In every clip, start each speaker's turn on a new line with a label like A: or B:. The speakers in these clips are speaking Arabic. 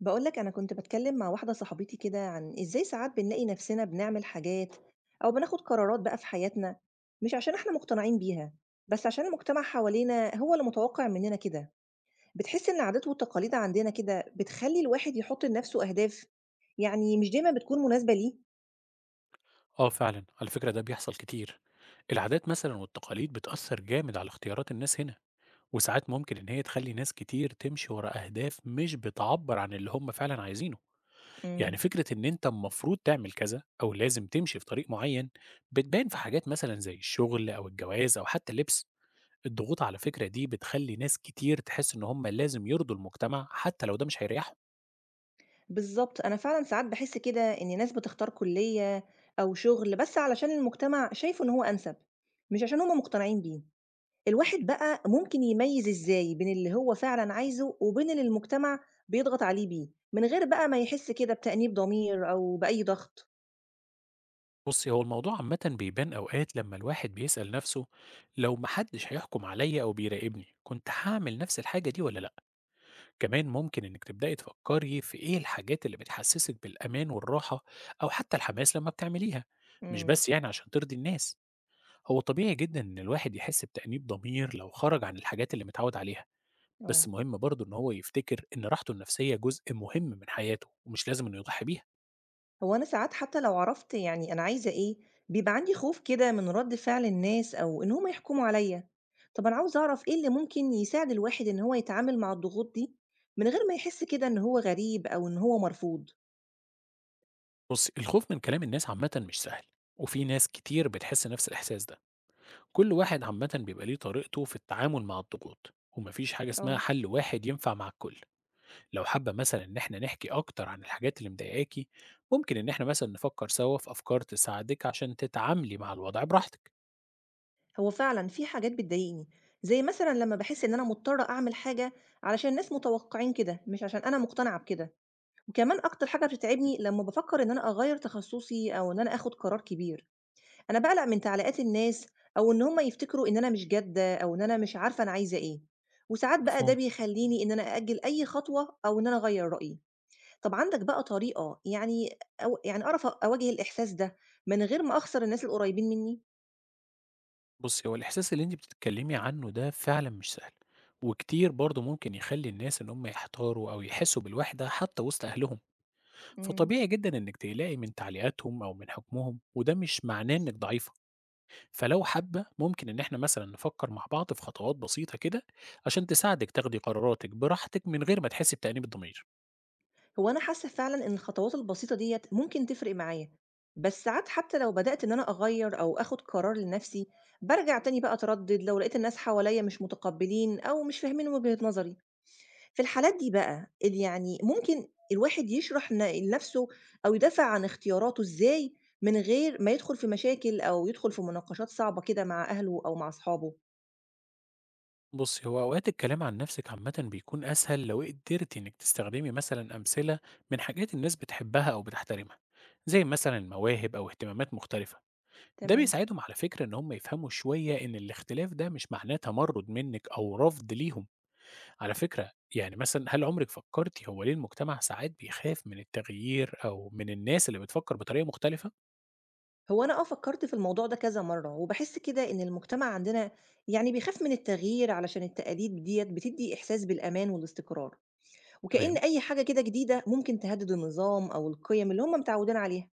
A: بقولك، أنا كنت بتكلم مع واحدة صاحبتي كده عن إزاي ساعات بنلاقي نفسنا بنعمل حاجات أو بناخد قرارات بقى في حياتنا مش عشان إحنا مقتنعين بيها، بس عشان المجتمع حوالينا هو اللي متوقع مننا كده. بتحس إن العادات والتقاليد عندنا كده بتخلي الواحد يحط لنفسه أهداف، يعني مش دايما بتكون مناسبة ليه.
B: آه فعلا على فكرة ده بيحصل كتير. العادات مثلا والتقاليد بتأثر جامد على اختيارات الناس هنا، وساعات ممكن إن هي تخلي ناس كتير تمشي ورا أهداف مش بتعبر عن اللي هم فعلا عايزينه. يعني
A: امم.
B: فكرة إن أنت المفروض تعمل كذا أو لازم تمشي في طريق معين بتبان في حاجات مثلا زي الشغل أو الجواز أو حتى اللبس. الضغوط على فكرة دي بتخلي ناس كتير تحس إن هم لازم يرضوا المجتمع حتى لو ده مش هيريحهم.
A: بالظبط، أنا فعلا ساعات بحس كده إن ناس بتختار كلية أو شغل بس علشان المجتمع شايفه إن هو أنسب، مش عشان هما مقتنعين بيه. الواحد بقى ممكن يميّز إزاي بين اللي هو فعلًا عايزه، وبين اللي المجتمع بيضغط عليه بيه، من غير بقى ما يحس كده بتأنيب ضمير أو بأي ضغط؟
B: بصي، هو الموضوع عامة بيبان أوقات لما الواحد بيسأل نفسه، لو محدش هيحكم عليا أو بيراقبني كنت هعمل نفس الحاجة دي ولا لأ؟ كمان ممكن إنك تبدأي تفكري في إيه الحاجات اللي بتحسسك بالأمان والراحة أو حتى الحماس لما بتعمليها، مش
A: إمم.
B: بس يعني عشان ترضي الناس. هو طبيعي جدا إن الواحد يحس بتأنيب ضمير لو خرج عن الحاجات اللي متعود عليها، بس
A: آه.
B: مهم برضه إن هو يفتكر إن راحته النفسية جزء مهم من حياته ومش لازم إنه يضحي بيها.
A: هو أنا ساعات حتى لو عرفت يعني أنا عايزة إيه، بيبقى عندي خوف كده من رد فعل الناس أو إن هُم يحكموا عليَّ. طب أنا عاوزة أعرف إيه اللي ممكن يساعد الواحد إن هو يتعامل مع الضغوط دي، من غير ما يحس كده إن هو غريب أو إن هو مرفوض؟
B: بص، الخوف من كلام الناس عامة مش سهل، وفي ناس كتير بتحس نفس الإحساس ده. كل واحد عامة بيبقى ليه طريقته في التعامل مع الضغوط، ومفيش حاجة اسمها
A: آه.
B: حل واحد ينفع مع الكل. لو حابة مثلا إن احنا نحكي أكتر عن الحاجات اللي مضايقاكي، ممكن إن احنا مثلا نفكر سوا في أفكار تساعدك عشان تتعاملي مع الوضع براحتك.
A: هو فعلًا في حاجات بتضايقني، زي مثلًا لمّا باحس إن أنا مضطرة أعمل حاجة علشان الناس متوقعين كده، مش عشان أنا مقتنعة بكده. وكمان أكتر حاجة بتتعبني لمّا بافكر إن أنا أغيّر تخصصي أو إن أنا آخد قرار كبير، أنا باقلق من تعليقات الناس أو إن هم يفتكروا إن أنا مش جادة أو إن أنا مش عارفة أنا عايزة إيه. وساعات بقى ده
B: مفهوم.
A: بيخلّيني إن أنا أأجل أي خطوة أو إن أنا أغيّر رأيي. طب عندك بقى طريقة، يعني أو يعني أعرف أواجه الإحساس ده من غير ما أخسر الناس القريبين مني؟
B: بصي، هو الإحساس اللي انت بتتكلمي عنه ده فعلا مش سهل، وكتير برضه ممكن يخلي الناس إن هم يحتاروا أو يحسوا بالوحدة حتى وسط أهلهم.
A: إمم.
B: فطبيعي جدا إنك تقلقي من تعليقاتهم أو من حكمهم، وده مش معناه إنك ضعيفة. فلو حابة ممكن إن إحنا مثلا نفكر مع بعض في خطوات بسيطة كده عشان تساعدك تاخدي قراراتك براحتك من غير ما تحسي بتأنيب الضمير.
A: هو أنا حاسة فعلًا إن الخطوات البسيطة ديّة ممكن تفرق معايا، بس ساعات حتى لو بدأت إن أنا أغيّر أو آخد قرار لنفسي، بارجع تاني بقى أتردد لو لقيت الناس حواليّا مش متقبلين أو مش فاهمين وجهة نظري. في الحالات دي بقى يعني ممكن الواحد يشرح لنفسه أو يدافع عن اختياراته إزاي من غير ما يدخل في مشاكل أو يدخل في مناقشات صعبة كده مع أهله أو مع أصحابه؟
B: بصي، هو أوقات الكلام عن نفسك عامة بيكون أسهل لو قدرتي إنك تستخدمي مثلا أمثلة من حاجات الناس بتحبها أو بتحترمها، زي مثلا المواهب أو اهتمامات مختلفة. ده
A: تمام.
B: بيساعدهم على فكرة إن هم يفهموا شوية إن الاختلاف ده مش معناه تمرد منك أو رفض ليهم. على فكرة يعني، مثلًا هل عمرِك فكرتِ هو ليه المجتمع ساعات بيخاف من التغيير أو من الناس اللي بتفكر بطريقة مختلفة؟
A: هو أنا آه فكّرت في الموضوع ده كذا مرّة، وباحس كده إن المجتمع عندنا يعني بيخاف من التغيير علشان التقاليد ديّة بتدّي إحساس بالأمان والاستقرار، وكإن
B: تمام.
A: أي حاجة كده جديدة ممكن تهدِّد النظام أو القيم اللي هم متعوّدين عليها.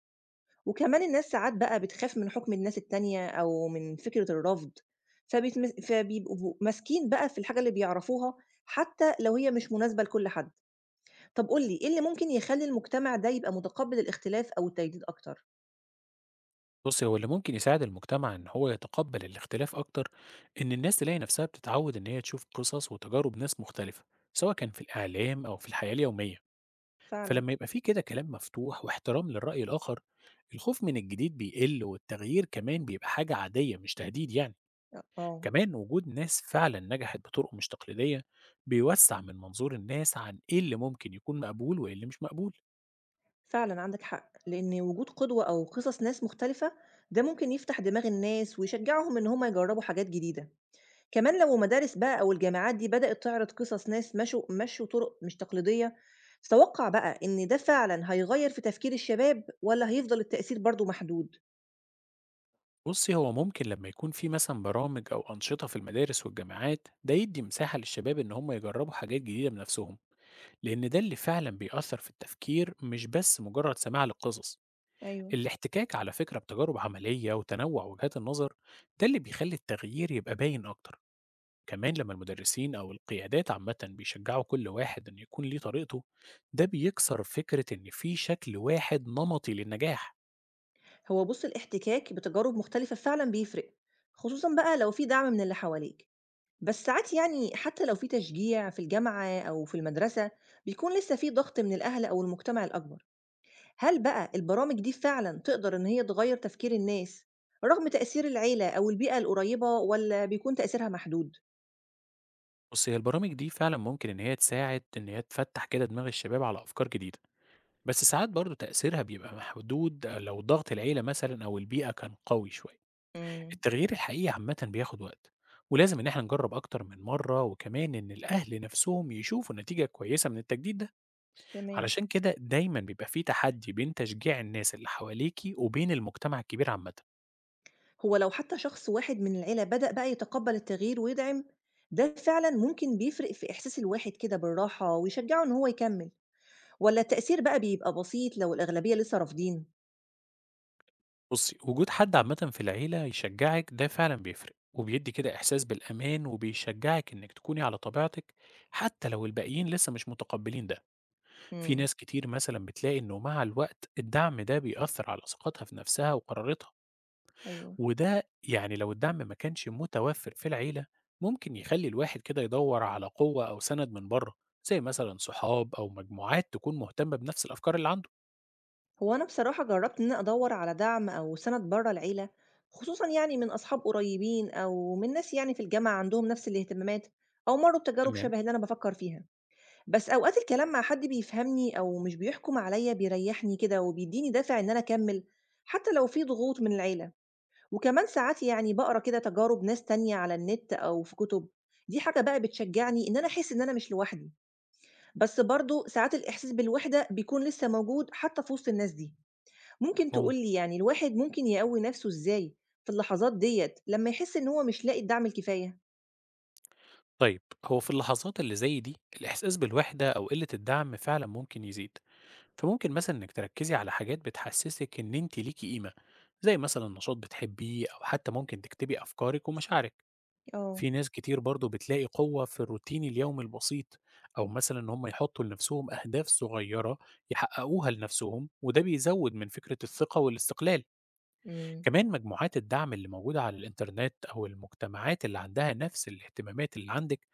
A: وكمان الناس ساعات بقى بتخاف من حُكم الناس التانية أو من فكرة الرفض، فبيبقوا ماسكين بقى في الحاجة اللي بيعرفوها حتى لو هي مش مناسبة لكل حد. طَب قُل لي إيه اللي ممكن يخلّي المجتمع ده يبقى متقبّل الاختلاف أو التجديد أكتر؟
B: بُصّي، هو اللي ممكن يساعد المجتمع إن هو يتقبل الاختلاف أكتر، إن الناس تلاقي نفسها بتتعود إن هي تشوف قصص وتجارب ناس مختلفة، سواء كان في الإعلام أو في الحياة اليومية.
A: فعلًا.
B: فلما يبقى في كده كلام مفتوح واحترام للرأي الآخر، الخوف من الجديد بيقل والتغيير كمان بيبقى حاجة عادية مش تهديد يعني.
A: آه.
B: كمان وجود ناس فعلا نجحت بطرق مش تقليدية بيوسع من منظور الناس عن ايه اللي ممكن يكون مقبول وايه اللي مش مقبول.
A: فعلًا عندك حق، لإن وجود قدوة أو قصص ناس مختلفة ده ممكن يفتح دماغ الناس ويشجعهم إن هم يجربوا حاجات جديدة. كمان لو مدارس بقى أو الجامعات دي بدأت تعرض قصص ناس مشوا طرق مش تقليدية، تتوقع بقى إن ده فعلًا هيغير في تفكير الشباب والّا هيفضل التأثير برضه محدود؟
B: بصي، هو ممكن لما يكون في مثلا برامج أو أنشطة في المدارس والجامعات، ده يدي مساحة للشباب إن هم يجربوا حاجات جديدة بنفسهم، لأن ده اللي فعلا بيأثر في التفكير، مش بس مجرد سماع للقصص.
A: أيوه.
B: الاحتكاك على فكرة بتجارب عملية وتنوع وجهات النظر ده اللي بيخلي التغيير يبقى باين أكتر. كمان لما المدرسين أو القيادات عامة بيشجعوا كل واحد إنه يكون ليه طريقته، ده بيكسر فكرة إن في شكل واحد نمطي للنجاح.
A: هو بُص، الاحتكاك بتجارب مختلفة فعلًا بيفرق، خصوصًا بقى لو في دعم من اللي حواليك. بس ساعات يعني حتى لو في تشجيع في الجامعة أو في المدرسة بيكون لسه في ضغط من الأهل أو المجتمع الأكبر، هل بقى البرامج دي فعلا تقدر إن هي تغير تفكير الناس رغم تأثير العيلة أو البيئة القريبة، ولا بيكون تأثيرها محدود؟
B: بص، هي البرامج دي فعلا ممكن إن هي تساعد إن هي تفتح كده دماغ الشباب على أفكار جديدة، بس ساعات برضو تأثيرها بيبقى محدود لو ضغط العيلة مثلا أو البيئة كان قوي شوية.
A: امم.
B: التغيير الحقيقي عامة بياخد وقت، ولازم إن احنا نجرب أكتر من مرة، وكمان إن الأهل نفسهم يشوفوا نتيجة كويسة من التجديد ده.
A: تمام.
B: علشان كده دايما بيبقى في تحدي بين تشجيع الناس اللي حواليكي وبين المجتمع الكبير عامة.
A: هو لو حتى شخص واحد من العيلة بدأ بقى يتقبل التغيير ويدعم، ده فعلا ممكن بيفرق في إحساس الواحد كده بالراحة ويشجعه إن هو يكمل، ولا التأثير بقى بيبقى بسيط لو الأغلبية لسه رافضين؟
B: بصي، وجود حد عامة في العيلة يشجعك ده فعلا بيفرق، وبيدي كده إحساس بالأمان، وبيشجعك إنك تكوني على طبيعتك حتى لو الباقيين لسه مش متقبلين ده. في
A: امم.
B: ناس كتير مثلا بتلاقي إنه مع الوقت الدعم ده بيأثر على ثقتها في نفسها وقراراتها.
A: ايوه.
B: وده يعني لو الدعم ما كانش متوفر في العيلة، ممكن يخلي الواحد كده يدور على قوة أو سند من بره، زي مثلا صحاب أو مجموعات تكون مهتمة بنفس الأفكار اللي عنده.
A: هو أنا بصراحة جرّبت إن أنا أدوّر على دعم أو سَنَد برّه العيلة، خصوصًا يعني من أصحاب قريبين أو من ناس يعني في الجامعة عندهم نفس الاهتمامات أو مرّوا بتجارب
B: تمام.
A: شبه اللي أنا بافكّر فيها. بس أوقات الكلام مع حد بيفهمني أو مش بيحكم عليَّ بيريّحني كده وبيدّيني دافع إن أنا أكمّل، حتى لو في ضغوط من العيلة. وكمان ساعات يعني باقرا كده تجارب ناس تانية على النت أو في كُتب، دي حاجة بقى بتشجّعني إن أنا أحس إن أنا مش لوحدي. بس برضه ساعات الإحساس بالوحدة بيكون لسّه موجود حتى في وسط الناس دي. ممكن
B: مفهوم.
A: تقول لي، يعني الواحد ممكن يقوي نفسه إزاي في اللحظات ديّة لمّا يحس إن هو مش لاقي الدعم الكفاية؟
B: طيب، هو في اللحظات اللي زي دي الإحساس بالوحدة أو قلة الدعم فعلا ممكن يزيد، فممكن مثلا إنك تركزي على حاجات بتحسسك إن أنت ليكي قيمة، زي مثلا نشاط بتحبيه أو حتى ممكن تكتبي أفكارك ومشاعرك.
A: آه.
B: في ناس كتير برضو بتلاقي قوة في الروتين اليومي البسيط، أو مثلا إن هم يحطوا لنفسهم أهداف صغيرة يحققوها لنفسهم، وده بيزود من فكرة الثقة والاستقلال.
A: إمم.
B: كمان مجموعات الدعم اللي موجودة على الإنترنت أو المجتمعات اللي عندها نفس الاهتمامات اللي عندك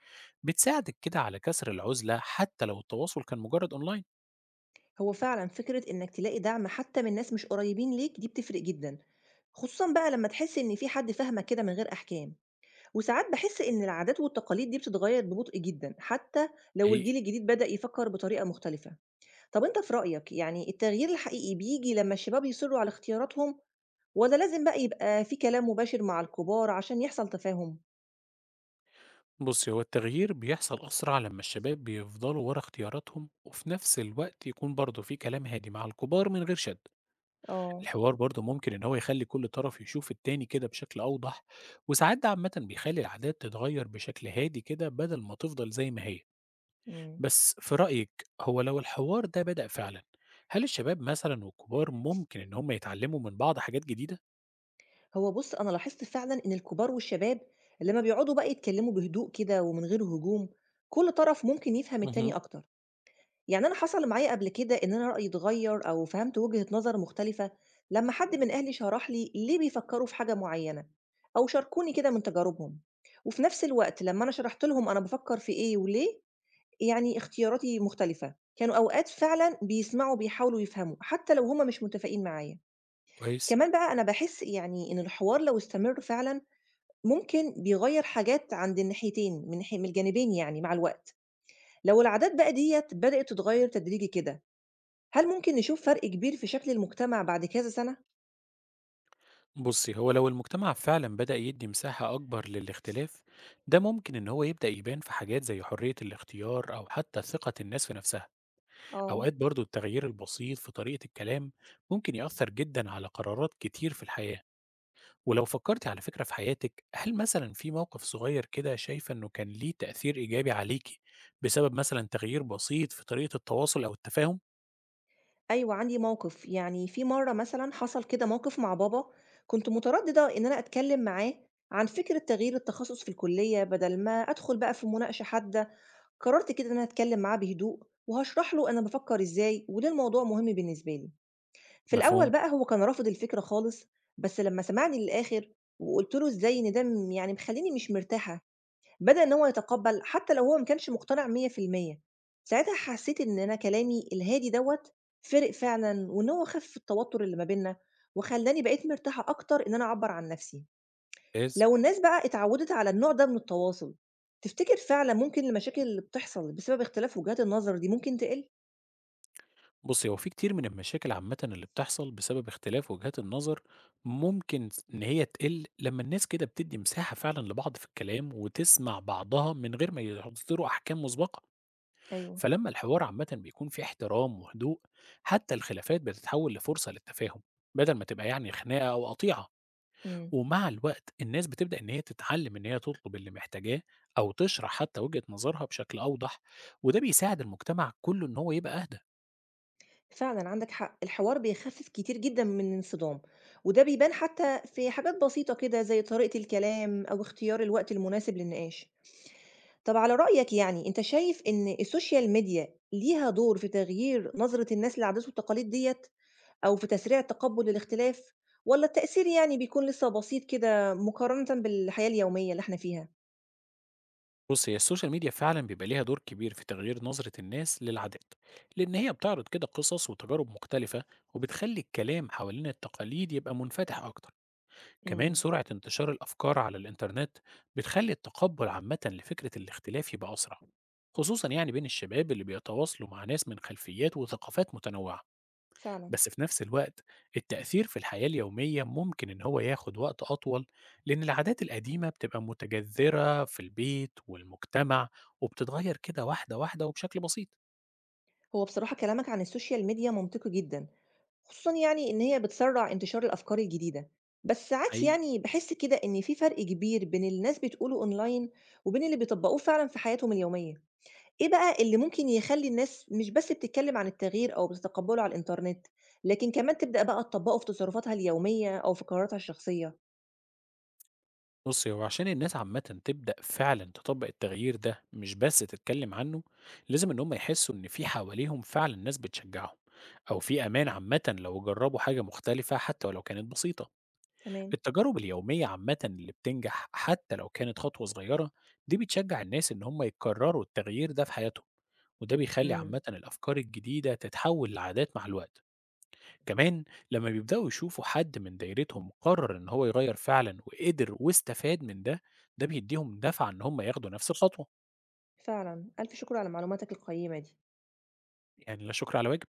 B: بتساعدك كده على كسر العزلة، حتى لو التواصل كان مجرد أونلاين.
A: هو فعلًا فكرة إنك تلاقي دعم حتى من ناس مش قريبين ليك دي بتفرق جدًا، خصوصًا بقى لمّا تحس إن في حد فاهمك كده من غير أحكام. وساعات باحس إن العادات والتقاليد دي بتتغيّر ببطء جدًا، حتى لو
B: حقيقي.
A: الجيل الجديد بدأ يفكر بطريقة مختلفة. طب أنت في رأيك يعني التغيير الحقيقي بييجي لمّا الشباب يصرّوا على اختياراتهم، والّا لازم بقى يبقى في كلام مباشر مع الكبار عشان يحصل تفاهم؟
B: بص، هو التغيير بيحصل أسرع لما الشباب بيفضلوا ورا اختياراتهم، وفي نفس الوقت يكون برضه في كلام هادي مع الكبار من غير شد.
A: آه.
B: الحوار برضه ممكن إن هو يخلي كل طرف يشوف التاني كده بشكل أوضح، وساعات ده عامة بيخلي العادات تتغير بشكل هادي كده بدل ما تفضل زي ما هي.
A: إمم.
B: بس في رأيك، هو لو الحوار ده بدأ فعلا، هل الشباب مثلا والكبار ممكن إن هم يتعلموا من بعض حاجات جديدة؟
A: هو بُص، أنا لاحظت فعلًا إن الكبار والشباب لمّا بيقعدوا بقى يتكلّموا بهدوء كده ومن غير هجوم، كل طرف ممكن يفهم
B: مهم.
A: التاني أكتر. يعني أنا حصل معايا قبل كده إن أنا رأيي اتغيّر أو فهمت وجهة نظر مختلفة لمّا حد من أهلي شرح لي ليه بيفكّروا في حاجة معيّنة أو شاركوني كده من تجاربهم. وفي نفس الوقت لمّا أنا شرحت لهم أنا بافكّر في إيه وليه، يعني اختياراتي مختلفة، كانوا أوقات فعلًا بيسمعوا وبيحاولوا يفهموا، حتّى لو هم مش متفقين معايا.
B: كويس.
A: كمان بقى أنا باحس يعني إن الحوار لو استمر فعلًا، ممكن بيغيّر حاجات عند الناحيتين من الجانبين يعني مع الوقت. لو العادات بقى ديّة بدأت تتغيّر تدريجي كده، هل ممكن نشوف فرق كبير في شكل المجتمع بعد كذا سنة؟
B: بصي، هو لو المجتمع فعلا بدأ يدي مساحة أكبر للاختلاف، ده ممكن إن هو يبدأ يبان في حاجات زي حرية الاختيار أو حتى ثقة الناس في نفسها.
A: آه.
B: أوقات برضو التغيير البسيط في طريقة الكلام ممكن يأثر جدا على قرارات كتير في الحياة. ولو فكرتي على فكرة في حياتك، هل مثلا في موقف صغير كده شايفة إنه كان ليه تأثير إيجابي عليكي بسبب مثلا تغيير بسيط في طريقة التواصل أو التفاهم؟
A: أيوه عندي موقف، يعني في مرّة مثلًا حصل كده موقف مع بابا، كنت مترددة إن أنا أتكلم معاه عن فكرة تغيير التخصص في الكلية. بدل ما أدخل بقى في مناقشة حادة، قررت كده إن أنا أتكلم معاه بهدوء وهاشرح له أنا بافكر إزاي وليه الموضوع مهم بالنسبة لي. في
B: مفهوم؟
A: الأول بقى هو كان رافض الفكرة خالص، بس لمّا سمعني للآخر وقُلت له إزاي إن ده يعني مخلّيني مش مرتاحة، بدأ إن هو يتقبّل حتى لو هو ما كانش مقتنع 100%. ساعتها حسّيت إن أنا كلامي الهادي دوّة فِرِق فعلًا، وإن هو خفِّف التوتُّر اللي ما بيننا وخلّاني بقيت مرتاحة أكتر إن أنا أعبّر عن نَفْسي.
B: إز؟
A: لو الناس بقى اتعوِّدت على النوع ده من التواصل، تفتكر فعلًا ممكن المشاكل اللي بتحصل بسبب اختلاف وجهات النظر دي ممكن تقِل؟
B: بصي، هو في كتير من المشاكل عامة اللي بتحصل بسبب اختلاف وجهات النظر ممكن إن هي تقل لما الناس كده بتدي مساحة فعلا لبعض في الكلام وتسمع بعضها من غير ما يصدروا أحكام مسبقة.
A: أيوه.
B: فلما الحوار عامة بيكون فيه احترام وهدوء، حتى الخلافات بتتحول لفرصة للتفاهم، بدل ما تبقى يعني خناقة أو قطيعة.
A: إمم.
B: ومع الوقت الناس بتبدأ إن هي تتعلم إن هي تطلب اللي محتاجاه أو تشرح حتى وجهة نظرها بشكل أوضح، وده بيساعد المجتمع كله إن هو يبقى أهدى.
A: فعلًا عندك حق، الحوار بيخفف كتير جدًا من الانصدام، وده بيبان حتى في حاجات بسيطة كده زي طريقة الكلام أو اختيار الوقت المناسب للنقاش. طب على رأيك يعني أنت شايف إن السوشيال ميديا ليها دور في تغيير نظرة الناس للعادات والتقاليد ديّة أو في تسريع تقبُّل الاختلاف، والّا التأثير يعني بيكون لسه بسيط كده مقارنةً بالحياة اليومية اللي إحنا فيها؟
B: بص، هي السوشيال ميديا فعلا بيبقى ليها دور كبير في تغيير نظرة الناس للعادات، لأن هي بتعرض كده قصص وتجارب مختلفة، وبتخلي الكلام حوالين التقاليد يبقى منفتح أكتر. كمان
A: إمم.
B: سرعة انتشار الأفكار على الإنترنت بتخلي التقبل عامة لفكرة الاختلاف يبقى أسرع، خصوصا يعني بين الشباب اللي بيتواصلوا مع ناس من خلفيات وثقافات متنوعة.
A: فعلًا.
B: بس في نفس الوقت، التأثير في الحياة اليومية ممكن إن هو ياخد وقت أطول، لأن العادات القديمة بتبقى متجذرة في البيت والمجتمع، وبتتغير كده واحدة واحدة وبشكل بسيط.
A: هو بصراحة كلامك عن السوشيال ميديا منطقي جدًا، خصوصًا يعني إن هي بتسرّع انتشار الأفكار الجديدة. بس ساعات
B: حقيقي.
A: يعني باحس كده إن في فرق كبير بين اللي الناس بتقوله أونلاين وبين اللي بيطبّقوه فعلًا في حياتهم اليومية. إيه بقى اللي ممكن يخلّي الناس مش بس بتتكلم عن التغيير أو بتتقبّله على الإنترنت، لكن كمان تبدأ بقى تطبّقه في تصرفاتها اليومية أو في قراراتها الشخصية؟
B: بُصّي، هو عشان الناس عامةً تبدأ فعلًا تطبّق التغيير ده مش بس تتكلّم عنّه، لازم إن هم يحسّوا إن في حواليهم فعلًا ناس بتشجّعهم، أو في أمان عامةً لو جرّبوا حاجة مختلفة حتى ولو كانت بسيطة.
A: تمام.
B: التجارب اليومية عامةً اللي بتنجح حتى لو كانت خطوة صغيرة، دي بتشجّع الناس إن هم يكرّروا التغيير ده في حياتهم، وده بيخلّي عامةً
A: إمم.
B: الأفكار الجديدة تتحوّل لعادات مع الوقت. كمان لما بيبدأوا يشوفوا حد من دايرتهم قرر إن هو يغير فعلا وقدر واستفاد من ده، ده بيديهم دفعة إن هم ياخدوا نفس الخطوة.
A: فعلًا ألف شكر على معلوماتك القيّمة دي.
B: يعني لا شكر على واجب.